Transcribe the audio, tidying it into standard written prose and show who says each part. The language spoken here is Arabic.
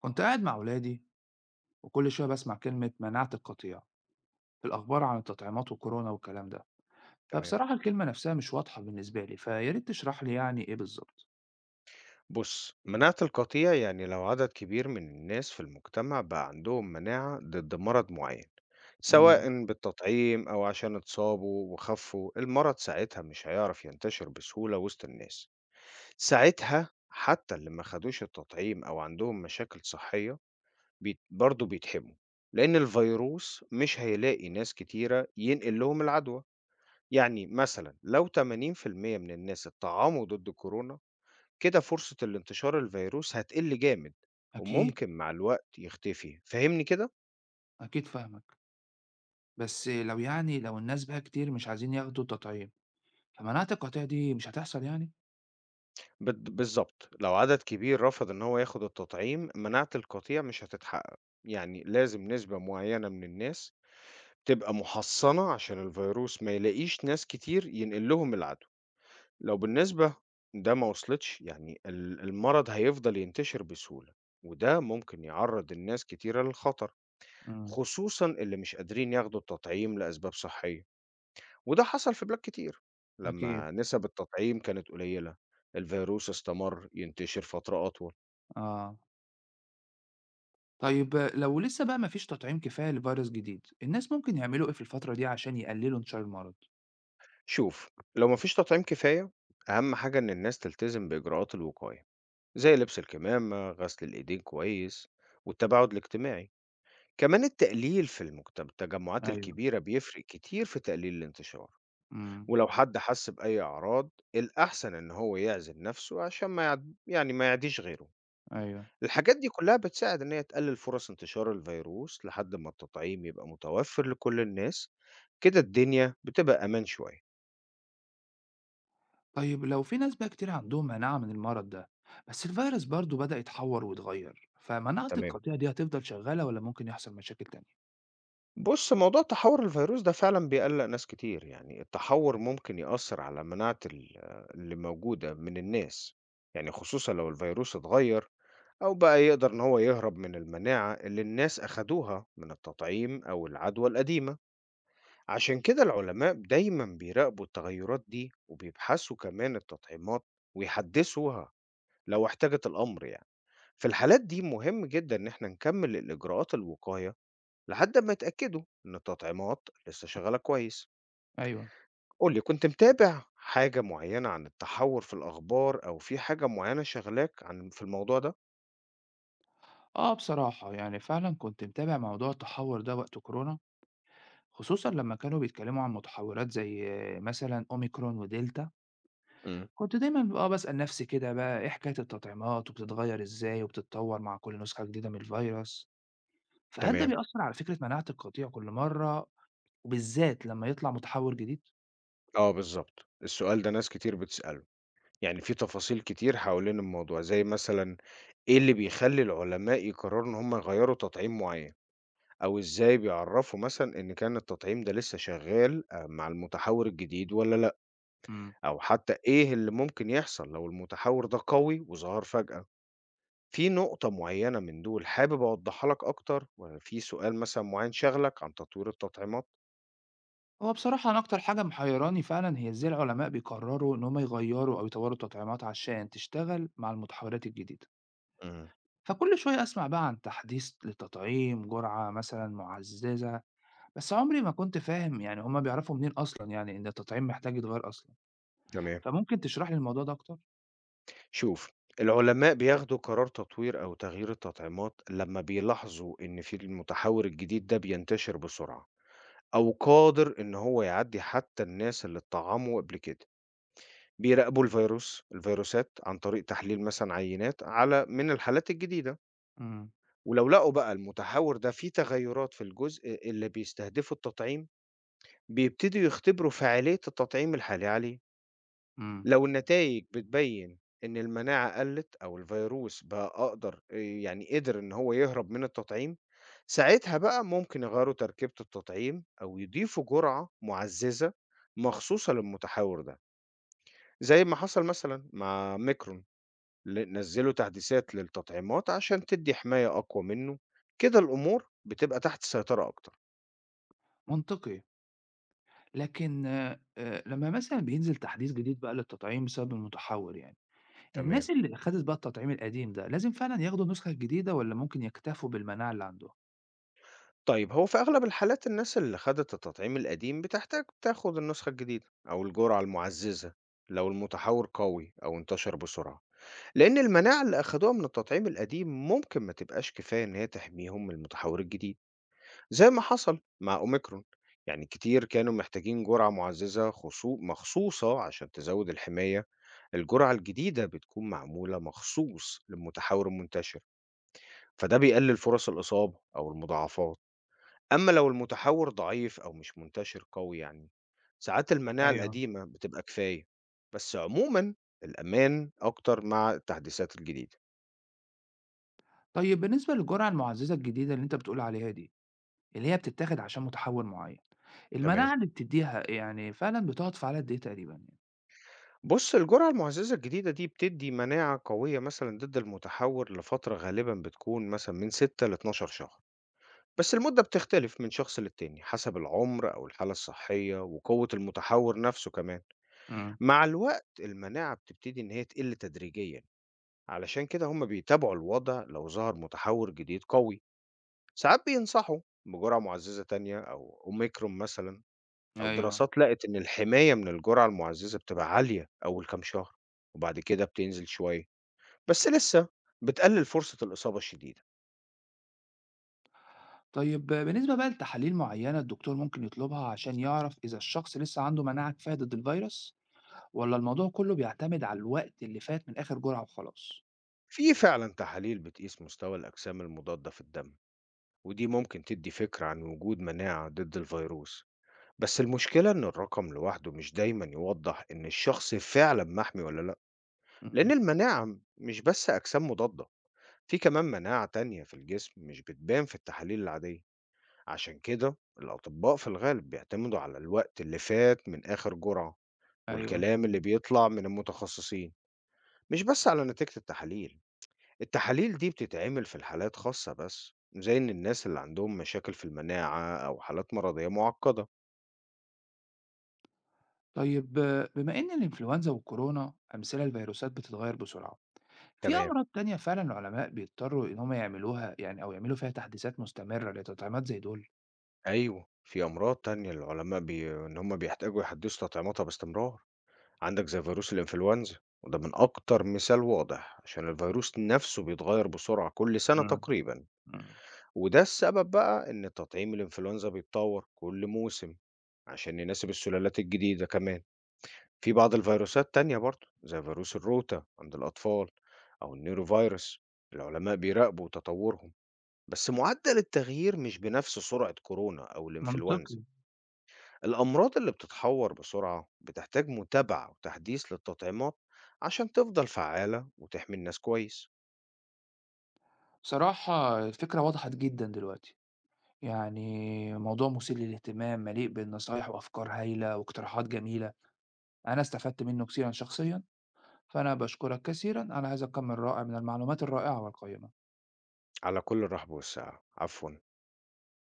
Speaker 1: كنت قاعد مع ولادي، وكل شوية بسمع كلمة مناعة القطيع في الأخبار عن التطعيمات وكورونا والكلام ده.
Speaker 2: تمام.
Speaker 1: فبصراحة الكلمة نفسها مش واضحة بالنسبة لي، فيا ريت تشرح لي يعني إيه بالظبط.
Speaker 2: بُص، مناعة القطيع يعني لو عدد كبير من الناس في المجتمع بقى عندهم مناعة ضد مرض معين،
Speaker 1: مم،
Speaker 2: سواء بالتطعيم أو عشان اتصابوا وخفوا، المرض ساعتها مش هيعرف ينتشر بسهولة وسط الناس. ساعتها حتى اللي ما خدوش التطعيم أو عندهم مشاكل صحية بيت برضه بيتحموا، لأن الفيروس مش هيلاقي ناس كتيرة ينقل لهم العدوى. يعني مثلًا لو 80% من الناس اتطعموا ضد كورونا، كده فرصة الانتشار الفيروس هتقل جامد،
Speaker 1: أكيد.
Speaker 2: وممكن مع الوقت يختفي، فهمني كده.
Speaker 1: أكيد فاهمك. بس لو الناس بقى كتير مش عايزين ياخدوا التطعيم، فمناعة القطيع دي مش هتحصل يعني.
Speaker 2: بالظبط، لو عدد كبير رفض ان هو ياخد التطعيم، مناعة القطيع مش هتتحقق. يعني لازم نسبة معينة من الناس تبقى محصنة عشان الفيروس ما يلاقيش ناس كتير ينقل لهم العدوى. لو بالنسبة ده ما وصلتش، يعني المرض هيفضل ينتشر بسهولة، وده ممكن يعرض الناس كتيرة للخطر،
Speaker 1: مم،
Speaker 2: خصوصا اللي مش قادرين ياخدوا التطعيم لأسباب صحية. وده حصل في بلاد كتير،
Speaker 1: أكيد.
Speaker 2: لما نسب التطعيم كانت قليلة الفيروس استمر ينتشر فترة أطول.
Speaker 1: آه، طيب، لو لسه بقى مفيش تطعيم كفاية لفيروس جديد، الناس ممكن يعملوا إيه في الفترة دي عشان يقللوا انتشار المرض؟
Speaker 2: شوف، لو مفيش تطعيم كفاية، أهم حاجة إن الناس تلتزم بإجراءات الوقاية، زي لبس الكمامة، غسل الإيدين كويس، والتباعد الاجتماعي. كمان التقليل في المجتمع التجمعات
Speaker 1: ايوه.
Speaker 2: الكبيرة بيفرق كتير في تقليل الانتشار.
Speaker 1: امم.
Speaker 2: ولو حد حس بأي أعراض، الأحسن إن هو يعزل نفسه عشان ما يعد... يعني ما يعديش غيره.
Speaker 1: ايوه.
Speaker 2: الحاجات دي كلها بتساعد إن هي تقلل فرص انتشار الفيروس لحد ما التطعيم يبقى متوفر لكل الناس. كده الدنيا بتبقى أمان شوية.
Speaker 1: طيب لو في ناس بقى كتير عندهم مناعة من المرض ده، بس الفيروس برضه بدأ يتحور ويتغير، فمناعة
Speaker 2: تمام.
Speaker 1: القطيع دي هتفضل شغالة ولا ممكن يحصل مشاكل تانية؟
Speaker 2: بص، موضوع تحور الفيروس ده فعلا بيقلق ناس كتير. يعني التحور ممكن يأثر على مناعة اللي موجودة من الناس، يعني خصوصا لو الفيروس اتغير، أو بقى يقدر إن هو يهرب من المناعة اللي الناس أخدوها من التطعيم أو العدوى القديمة. عشان كده العلماء دايما بيراقبوا التغيرات دي، وبيبحثوا كمان التطعيمات ويحدثوها لو احتاجت الأمر يعني. في الحالات دي مهم جدا إن احنا نكمل الإجراءات الوقاية لحد ما يتأكدوا إن التطعيمات لسه شغالة كويس.
Speaker 1: أيوه.
Speaker 2: قولي، كنت متابع حاجة معينة عن التحور في الأخبار أو في حاجة معينة شغلاك عن في الموضوع ده؟
Speaker 1: بصراحة يعني فعلا كنت متابع موضوع التحور ده وقت كورونا، خصوصا لما كانوا بيتكلموا عن متحورات زي مثلا أوميكرون ودلتا.
Speaker 2: مم.
Speaker 1: كنت دايما بسأل نفسي كده، بقى إيه حكاية التطعيمات وبتتغير إزاي وبتتطور مع كل نسخة جديدة من الفيروس، فهل ده
Speaker 2: تمام،
Speaker 1: بيأثر على فكرة مناعة القطيع كل مرة، وبالذات لما يطلع متحور جديد؟
Speaker 2: اه بالظبط السؤال ده ناس كتير بتسأله. يعني في تفاصيل كتير حوالين الموضوع، زي مثلًا إيه اللي بيخلّي العلماء يقرروا إن هم يغيّروا تطعيم معيّن، أو إزاي بيعرفوا مثلًا إن كان التطعيم ده لسه شغال مع المتحوّر الجديد والّا لأ،
Speaker 1: مم.
Speaker 2: أو حتى إيه اللي ممكن يحصل لو المتحوّر ده قوي وظهر فجأة. في نقطة معيّنة من دول حابب أوضّحها لك أكتر والّا في سؤال مثلًا معيّن شاغلك عن تطوير التطعيمات؟
Speaker 1: هو بصراحة أنا أكتر حاجة محيراني فعلا هي إزاي العلماء بيقرروا إن هم يغيروا أو يطوروا التطعيمات عشان تشتغل مع المتحولات الجديدة.
Speaker 2: إمم،
Speaker 1: فكل شوية أسمع بقى عن تحديث للتطعيم، جرعة مثلا معززة، بس عمري ما كنت فاهم يعني هم بيعرفوا منين أصلا يعني إن التطعيم محتاج يتغير أصلا.
Speaker 2: تمام.
Speaker 1: فممكن تشرح لي الموضوع ده أكتر؟
Speaker 2: شوف، العلماء بياخدوا قرار تطوير أو تغيير التطعيمات لما بيلاحظوا إن في المتحور الجديد ده بينتشر بسرعة، أو قادر إن هو يعدي حتى الناس اللي اتطعموا قبل كده. بيراقبوا الفيروسات عن طريق تحليل مثلا عينات على من الحالات الجديدة.
Speaker 1: امم.
Speaker 2: ولو لقوا بقى المتحور ده فيه تغيرات في الجزء اللي بيستهدفه التطعيم، بيبتدوا يختبروا فعالية التطعيم الحالي عليه.
Speaker 1: امم.
Speaker 2: لو النتائج بتبين إن المناعة قلت أو الفيروس بقى أقدر، يعني قدر إن هو يهرب من التطعيم، ساعتها بقى ممكن يغيروا تركيبة التطعيم أو يضيفوا جرعة معززة مخصوصة للمتحور ده، زي ما حصل مثلا مع ميكرون. نزلوا تحديثات للتطعيمات عشان تدي حماية أقوى منه، كده الأمور بتبقى تحت السيطرة أكتر.
Speaker 1: منطقي. لكن لما مثلا بينزل تحديث جديد بقى للتطعيم بسبب المتحول يعني،
Speaker 2: تمام.
Speaker 1: الناس اللي أخدت بقى التطعيم القديم ده لازم فعلا ياخدوا النسخة الجديدة ولا ممكن يكتفوا بالمناعة اللي عندهم؟
Speaker 2: طيب هو في أغلب الحالات الناس اللي خدت التطعيم القديم بتحتاج تاخد النسخة الجديدة أو الجرعة المعززة، لو المتحور قوي أو انتشر بسرعة، لأن المناعة اللي أخدوها من التطعيم القديم ممكن ما تبقاش كفاية إن هي تحميهم من المتحور الجديد، زي ما حصل مع أوميكرون. يعني كتير كانوا محتاجين جرعة معززة مخصوصة عشان تزود الحماية. الجرعة الجديدة بتكون معمولة مخصوص للمتحور المنتشر، فده بيقلل فرص الإصابة أو المضاعفات. أمّا لو المتحوّر ضعيف أو مش منتشر قوي يعني، ساعات المناعة
Speaker 1: ايوه.
Speaker 2: القديمة بتبقى كفاية، بس عمومًا الأمان أكتر مع التحديثات الجديدة.
Speaker 1: طيب بالنسبة للجرعة المعززة الجديدة اللي أنت بتقول عليها دي، اللي هي بتتاخد عشان متحول معين،
Speaker 2: تمام.
Speaker 1: المناعة اللي بتديها يعني فعلا بتقعد في قد إيه تقريبا يعني؟
Speaker 2: بُص، الجرعة المُعززة الجديدة دي بتدّي مناعة قوية مثلًا ضد المتحوّر لفترة غالبًا بتكون مثلًا من 6 ل12 شهر، بس المدة بتختلف من شخص للتاني حسب العُمر أو الحالة الصحية وقوة المتحوّر نَفْسه كمان.
Speaker 1: امم.
Speaker 2: مع الوقت المناعة بتبتدي إن هي تقِل تدريجيًا. علشان كده هم بيتابعوا الوضع. لو ظهر متحور جديد قوي، ساعات بينصحوا بجرعة معززة تانية أو أوميكرون مثلا. أو
Speaker 1: ايوه.
Speaker 2: دراسات لقت إن الحماية من الجرعة المعززة بتبقى عالية أول كام شهر، وبعد كده بتنزل شوية، بس لسه بتقلل فرصة الإصابة الشديدة.
Speaker 1: طيب بالنسبة بقى لتحاليل معينة الدكتور ممكن يطلبها عشان يعرف إذا الشخص لسه عنده مناعة كفاية ضد الفيروس، ولا الموضوع كله بيعتمد على الوقت اللي فات من آخر جرعة وخلاص؟
Speaker 2: في فعلا تحاليل بتقيس مستوى الأجسام المضادة في الدم، ودي ممكن تدي فكرة عن وجود مناعة ضد الفيروس. بس المشكلة إن الرقم لوحده مش دايما يوضح إن الشخص فعلا محمي ولا لأ، لأن
Speaker 1: امم.
Speaker 2: المناعة مش بس أجسام مضادة. في كمان مناعة تانية في الجسم مش بتبان في التحاليل العادية. عشان كده الأطباء في الغالب بيعتمدوا على الوقت اللي فات من آخر جرعة،
Speaker 1: ايوه.
Speaker 2: والكلام اللي بيطلع من المتخصصين، مش بس على نتيجة التحاليل. التحاليل دي بتتعمل في الحالات خاصة بس، زي إن الناس اللي عندهم مشاكل في المناعة أو حالات مرضية معقدة.
Speaker 1: طيب، بما إن الإنفلونزا والكورونا أمثلة لفيروسات بتتغير بسرعة، في
Speaker 2: تمام.
Speaker 1: أمراض تانية فعلا العلماء بيضطروا إن هم يعملوها يعني، أو يعملوا فيها تحديثات مستمرة لتطعيمات زي دول؟
Speaker 2: أيوه، في أمراض تانية العلماء إن هم بيحتاجوا يحدثوا تطعيماتها باستمرار. عندك زي فيروس الإنفلونزا، وده من أكتر مثال واضح، عشان الفيروس نفسه بيتغير بسرعة كل سنة
Speaker 1: مم.
Speaker 2: تقريبا.
Speaker 1: مم.
Speaker 2: وده السبب بقى إن تطعيم الإنفلونزا بيتطور كل موسم عشان يناسب السلالات الجديدة. كمان في بعض الفيروسات تانية برضه زي فيروس الروتا عند الأطفال، أو النيرو فيروس، العلماء بيراقبوا تطورهم، بس معدل التغيير مش بنفس سرعة كورونا أو
Speaker 1: منطقي.
Speaker 2: الإنفلونزا. الأمراض اللي بتتحور بسرعة بتحتاج متابعة وتحديث للتطعيمات عشان تفضل فعالة وتحمي الناس كويس.
Speaker 1: صراحة الفكرة وضحت جدا دلوقتي. يعني موضوع مثير للاهتمام، مليء بالنصايح وأفكار هايلة واقتراحات جميلة. أنا استفدت منه كثيرا شخصيا. فأنا بشكرك كثيرا على هذا الكم الرائع من المعلومات الرائعة والقيمة.
Speaker 2: على كل الرحب والسعة، عفوا.